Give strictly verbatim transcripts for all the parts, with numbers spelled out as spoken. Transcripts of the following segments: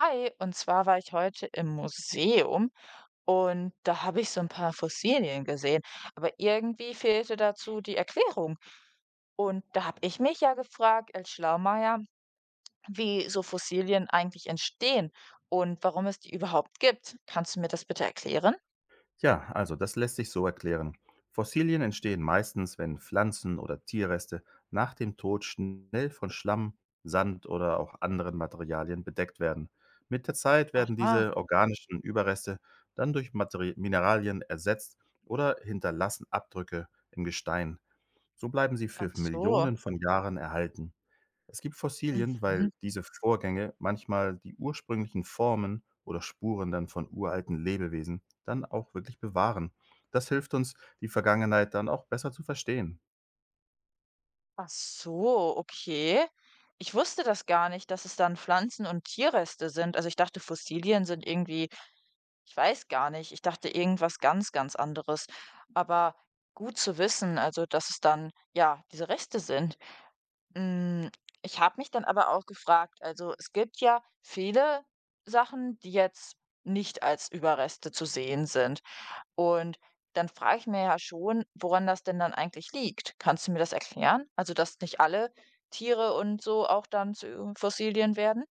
Hi, und zwar war ich heute im Museum und da habe ich so ein paar Fossilien gesehen, aber irgendwie fehlte dazu die Erklärung. Und da habe ich mich ja gefragt, als Schlaumeier, wie so Fossilien eigentlich entstehen und warum es die überhaupt gibt. Kannst du mir das bitte erklären? Ja, also das lässt sich so erklären. Fossilien entstehen meistens, wenn Pflanzen oder Tierreste nach dem Tod schnell von Schlamm, Sand oder auch anderen Materialien bedeckt werden. Mit der Zeit werden Aha, diese organischen Überreste dann durch Materi Mineralien ersetzt oder hinterlassen Abdrücke im Gestein. So bleiben sie für ach so. Millionen von Jahren erhalten. Es gibt Fossilien, Mhm. weil diese Vorgänge manchmal die ursprünglichen Formen oder Spuren dann von uralten Lebewesen dann auch wirklich bewahren. Das hilft uns, die Vergangenheit dann auch besser zu verstehen. Ach so, okay. Ich wusste das gar nicht, dass es dann Pflanzen und Tierreste sind. Also ich dachte, Fossilien sind irgendwie. Ich weiß gar nicht. Ich dachte irgendwas ganz, ganz anderes. Aber gut zu wissen, also dass es dann, ja, diese Reste sind. Hm, Ich habe mich dann aber auch gefragt, also es gibt ja viele Sachen, die jetzt nicht als Überreste zu sehen sind. Und dann frage ich mir ja schon, woran das denn dann eigentlich liegt. Kannst du mir das erklären? Also, dass nicht alle Tiere und so auch dann zu Fossilien werden?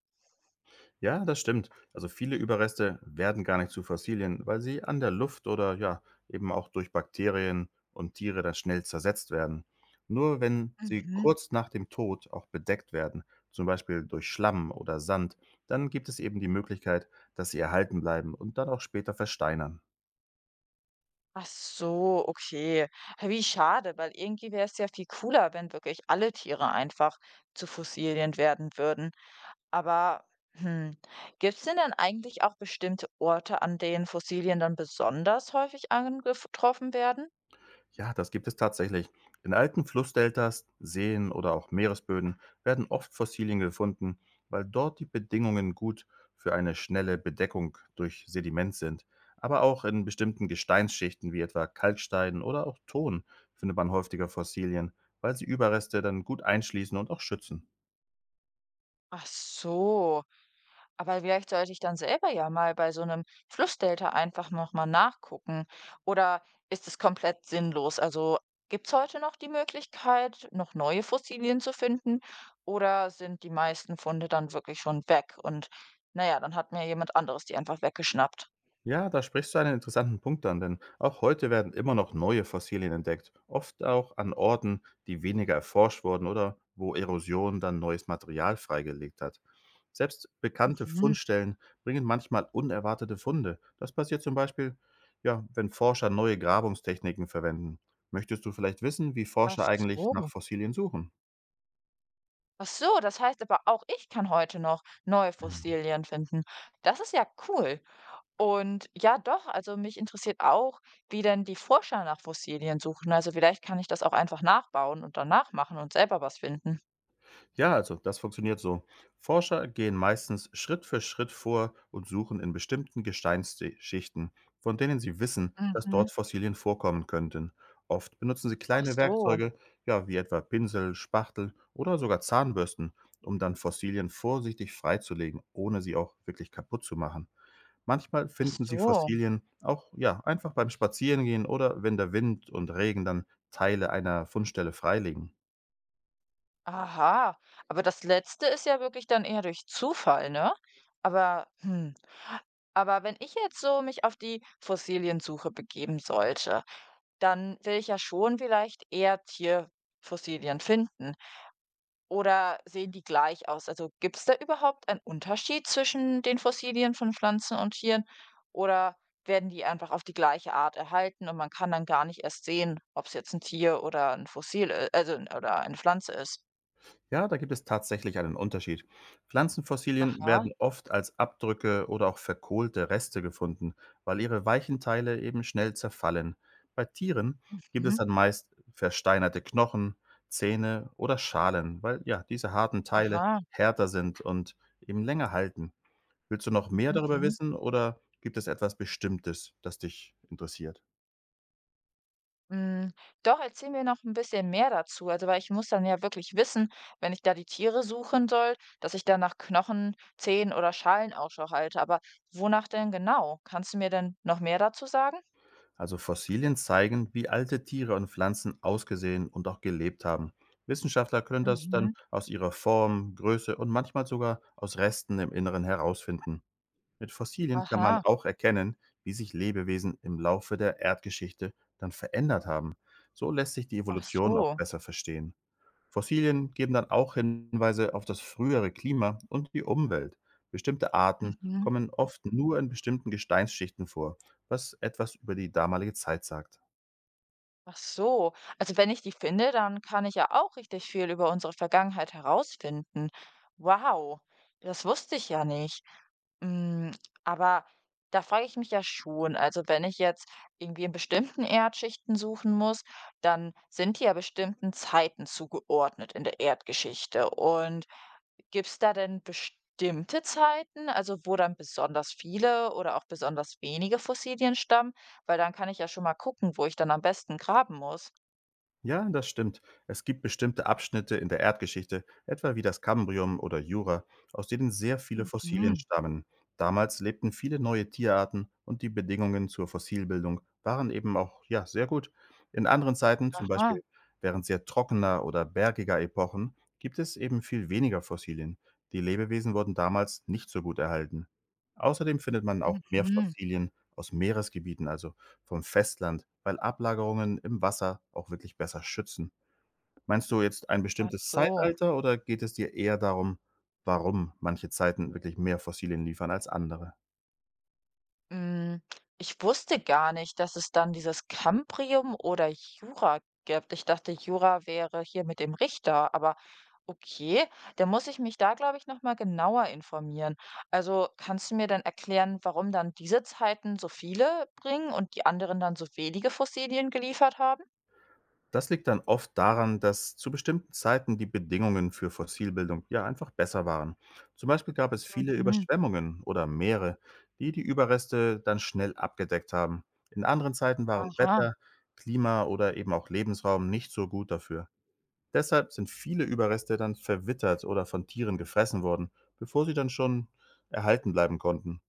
Ja, das stimmt. Also viele Überreste werden gar nicht zu Fossilien, weil sie an der Luft oder ja, eben auch durch Bakterien und Tiere dann schnell zersetzt werden. Nur wenn sie Mhm. kurz nach dem Tod auch bedeckt werden, zum Beispiel durch Schlamm oder Sand, dann gibt es eben die Möglichkeit, dass sie erhalten bleiben und dann auch später versteinern. Ach so, okay. Hä, wie schade, weil irgendwie wäre es ja viel cooler, wenn wirklich alle Tiere einfach zu Fossilien werden würden. Aber hm, gibt es denn dann eigentlich auch bestimmte Orte, an denen Fossilien dann besonders häufig angetroffen werden? Ja, das gibt es tatsächlich. In alten Flussdeltas, Seen oder auch Meeresböden werden oft Fossilien gefunden, weil dort die Bedingungen gut für eine schnelle Bedeckung durch Sediment sind. Aber auch in bestimmten Gesteinsschichten wie etwa Kalkstein oder auch Ton findet man häufiger Fossilien, weil sie Überreste dann gut einschließen und auch schützen. Ach so. Aber vielleicht sollte ich dann selber ja mal bei so einem Flussdelta einfach noch mal nachgucken. Oder ist es komplett sinnlos? Also, gibt es heute noch die Möglichkeit, noch neue Fossilien zu finden oder sind die meisten Funde dann wirklich schon weg und, na ja, dann hat mir jemand anderes die einfach weggeschnappt? Ja, da sprichst du einen interessanten Punkt an, denn auch heute werden immer noch neue Fossilien entdeckt, oft auch an Orten, die weniger erforscht wurden oder wo Erosion dann neues Material freigelegt hat. Selbst bekannte Mhm. Fundstellen bringen manchmal unerwartete Funde. Das passiert zum Beispiel, ja, wenn Forscher neue Grabungstechniken verwenden. Möchtest du vielleicht wissen, wie Ach Forscher eigentlich so. nach Fossilien suchen? Ach so, das heißt aber, auch ich kann heute noch neue Fossilien finden. Das ist ja cool. Und ja, doch, also mich interessiert auch, wie denn die Forscher nach Fossilien suchen. Also vielleicht kann ich das auch einfach nachbauen und dann nachmachen und selber was finden. Ja, also das funktioniert so. Forscher gehen meistens Schritt für Schritt vor und suchen in bestimmten Gesteinsschichten, von denen sie wissen, dass Mhm. dort Fossilien vorkommen könnten. Oft benutzen sie Ach kleine so, Werkzeuge, ja, wie etwa Pinsel, Spachtel oder sogar Zahnbürsten, um dann Fossilien vorsichtig freizulegen, ohne sie auch wirklich kaputt zu machen. Manchmal ach finden sie so. Fossilien auch ja, einfach beim Spazierengehen oder wenn der Wind und Regen dann Teile einer Fundstelle freilegen. Aha. Aber das Letzte ist ja wirklich dann eher durch Zufall, ne? Aber, hm. Aber wenn ich jetzt so mich auf die Fossiliensuche begeben sollte, dann will ich ja schon vielleicht eher Tierfossilien finden. Oder sehen die gleich aus? Also gibt es da überhaupt einen Unterschied zwischen den Fossilien von Pflanzen und Tieren? Oder werden die einfach auf die gleiche Art erhalten und man kann dann gar nicht erst sehen, ob es jetzt ein Tier oder ein Fossil i also 'n oder eine Pflanze ist? Ja, da gibt es tatsächlich einen Unterschied. Pflanzenfossilien Aha, werden oft als Abdrücke oder auch verkohlte Reste gefunden, weil ihre weichen Teile eben schnell zerfallen. Bei Tieren gibt es mhm, dann meist versteinerte Knochen, Zähne oder Schalen, weil ja, diese harten Teile aha, härter sind und eben länger halten. Willst du noch mehr darüber mhm. wissen oder gibt es etwas Bestimmtes, das dich interessiert? Hm, Doch, erzähl mir noch ein bisschen mehr dazu. Also, weil ich muss dann ja wirklich wissen, wenn ich da die Tiere suchen soll, dass ich dann nach Knochen, Zehen oder Schalen Ausschau halte. Aber wonach denn genau? Kannst du mir denn noch mehr dazu sagen? Also Fossilien zeigen, wie alte Tiere und Pflanzen ausgesehen und auch gelebt haben. Wissenschaftler können das dann Mhm. aus ihrer Form, Größe und manchmal sogar aus Resten im Inneren herausfinden. Mit Fossilien kann man Aha. auch erkennen, wie sich Lebewesen im Laufe der Erdgeschichte dann verändert haben. So lässt sich die Ach Evolution auch so. besser verstehen. Fossilien geben dann auch Hinweise auf das frühere Klima und die Umwelt. Bestimmte Arten Mhm. kommen oft nur in bestimmten Gesteinsschichten vor, was etwas über die damalige Zeit sagt. Ach so. Also wenn ich die finde, dann kann ich ja auch richtig viel über unsere Vergangenheit herausfinden. Wow, das wusste ich ja nicht. Mm, aber da frage ich mich ja schon, also wenn ich jetzt irgendwie in bestimmten Erdschichten suchen muss, dann sind die ja bestimmten Zeiten zugeordnet in der Erdgeschichte. Und gibt's da denn bestimmte Zeiten, also wo dann besonders viele oder auch besonders wenige Fossilien stammen? Weil dann kann ich ja schon mal gucken, wo ich dann am besten graben muss. Ja, das stimmt. Es gibt bestimmte Abschnitte in der Erdgeschichte, etwa wie das Kambrium oder Jura, aus denen sehr viele Fossilien Mhm. stammen. Damals lebten viele neue Tierarten und die Bedingungen zur Fossilbildung waren eben auch ja, sehr gut. In anderen Zeiten, zum Aha, Beispiel während sehr trockener oder bergiger Epochen, gibt es eben viel weniger Fossilien. Die Lebewesen wurden damals nicht so gut erhalten. Außerdem findet man auch mehr mhm. Fossilien aus Meeresgebieten, also vom Festland, weil Ablagerungen im Wasser auch wirklich besser schützen. Meinst du jetzt ein Ach bestimmtes so. Zeitalter oder geht es dir eher darum, warum manche Zeiten wirklich mehr Fossilien liefern als andere? Hm, Ich wusste gar nicht, dass es dann dieses Cambrium oder Jura gibt. Ich dachte, Jura wäre hier mit dem Richter, aber okay, dann muss ich mich da, glaube ich, noch mal genauer informieren. Also, kannst du mir dann erklären, warum dann diese Zeiten so viele bringen und die anderen dann so wenige Fossilien geliefert haben? Das liegt dann oft daran, dass zu bestimmten Zeiten die Bedingungen für Fossilbildung ja einfach besser waren. Zum Beispiel gab es viele Mhm. Überschwemmungen oder Meere, die die Überreste dann schnell abgedeckt haben. In anderen Zeiten waren Aha, Wetter, Klima oder eben auch Lebensraum nicht so gut dafür. Deshalb sind viele Überreste dann verwittert oder von Tieren gefressen worden, bevor sie dann schon erhalten bleiben konnten.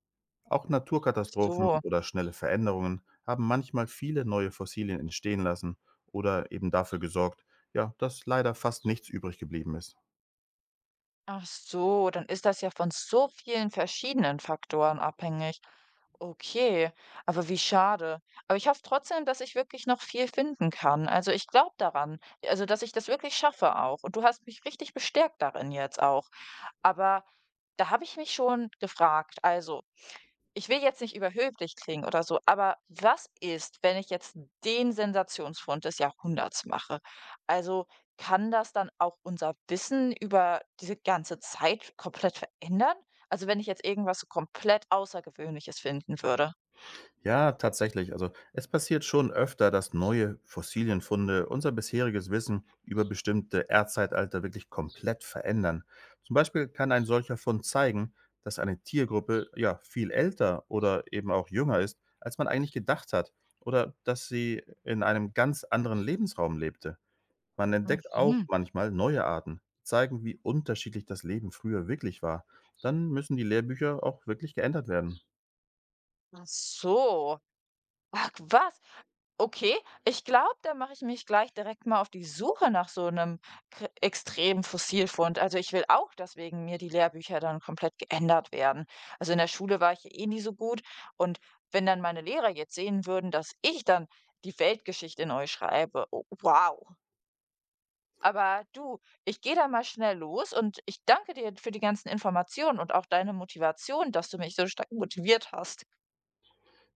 Auch ach Naturkatastrophen so. oder schnelle Veränderungen haben manchmal viele neue Fossilien entstehen lassen oder eben dafür gesorgt, ja, dass leider fast nichts übrig geblieben ist. Ach so, dann ist das ja von so vielen verschiedenen Faktoren abhängig. Okay, aber wie schade. Aber ich hoffe trotzdem, dass ich wirklich noch viel finden kann. Also ich glaube daran, also dass ich das wirklich schaffe auch. Und du hast mich richtig bestärkt darin jetzt auch. Aber da habe ich mich schon gefragt. Also ich will jetzt nicht überhöblich klingen oder so, aber was ist, wenn ich jetzt den Sensationsfund des Jahrhunderts mache? Also kann das dann auch unser Wissen über diese ganze Zeit komplett verändern? Also wenn ich jetzt irgendwas so komplett Außergewöhnliches finden würde. Ja, tatsächlich. Also es passiert schon öfter, dass neue Fossilienfunde unser bisheriges Wissen über bestimmte Erdzeitalter wirklich komplett verändern. Zum Beispiel kann ein solcher Fund zeigen, dass eine Tiergruppe ja viel älter oder eben auch jünger ist, als man eigentlich gedacht hat, oder dass sie in einem ganz anderen Lebensraum lebte. Man entdeckt auch Mhm. manchmal neue Arten, die zeigen, wie unterschiedlich das Leben früher wirklich war. Dann müssen die Lehrbücher auch wirklich geändert werden. Ach so. Ach was? Okay, ich glaube, da mache ich mich gleich direkt mal auf die Suche nach so einem kr extremen Fossilfund. Also, ich will auch, dass wegen mir die Lehrbücher dann komplett geändert werden. Also, in der Schule war ich ja eh nie so gut und wenn dann meine Lehrer jetzt sehen würden, dass ich dann die Weltgeschichte neu schreibe, oh wow. Aber du, ich gehe da mal schnell los und ich danke dir für die ganzen Informationen und auch deine Motivation, dass du mich so stark motiviert hast.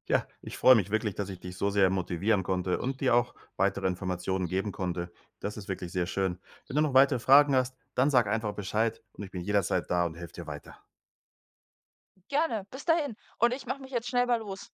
Ja, ich freue mich wirklich, dass ich dich so sehr motivieren konnte und dir auch weitere Informationen geben konnte. Das ist wirklich sehr schön. Wenn du noch weitere Fragen hast, dann sag einfach Bescheid und ich bin jederzeit da und helfe dir weiter. Gerne, bis dahin und ich mache mich jetzt schnell mal los.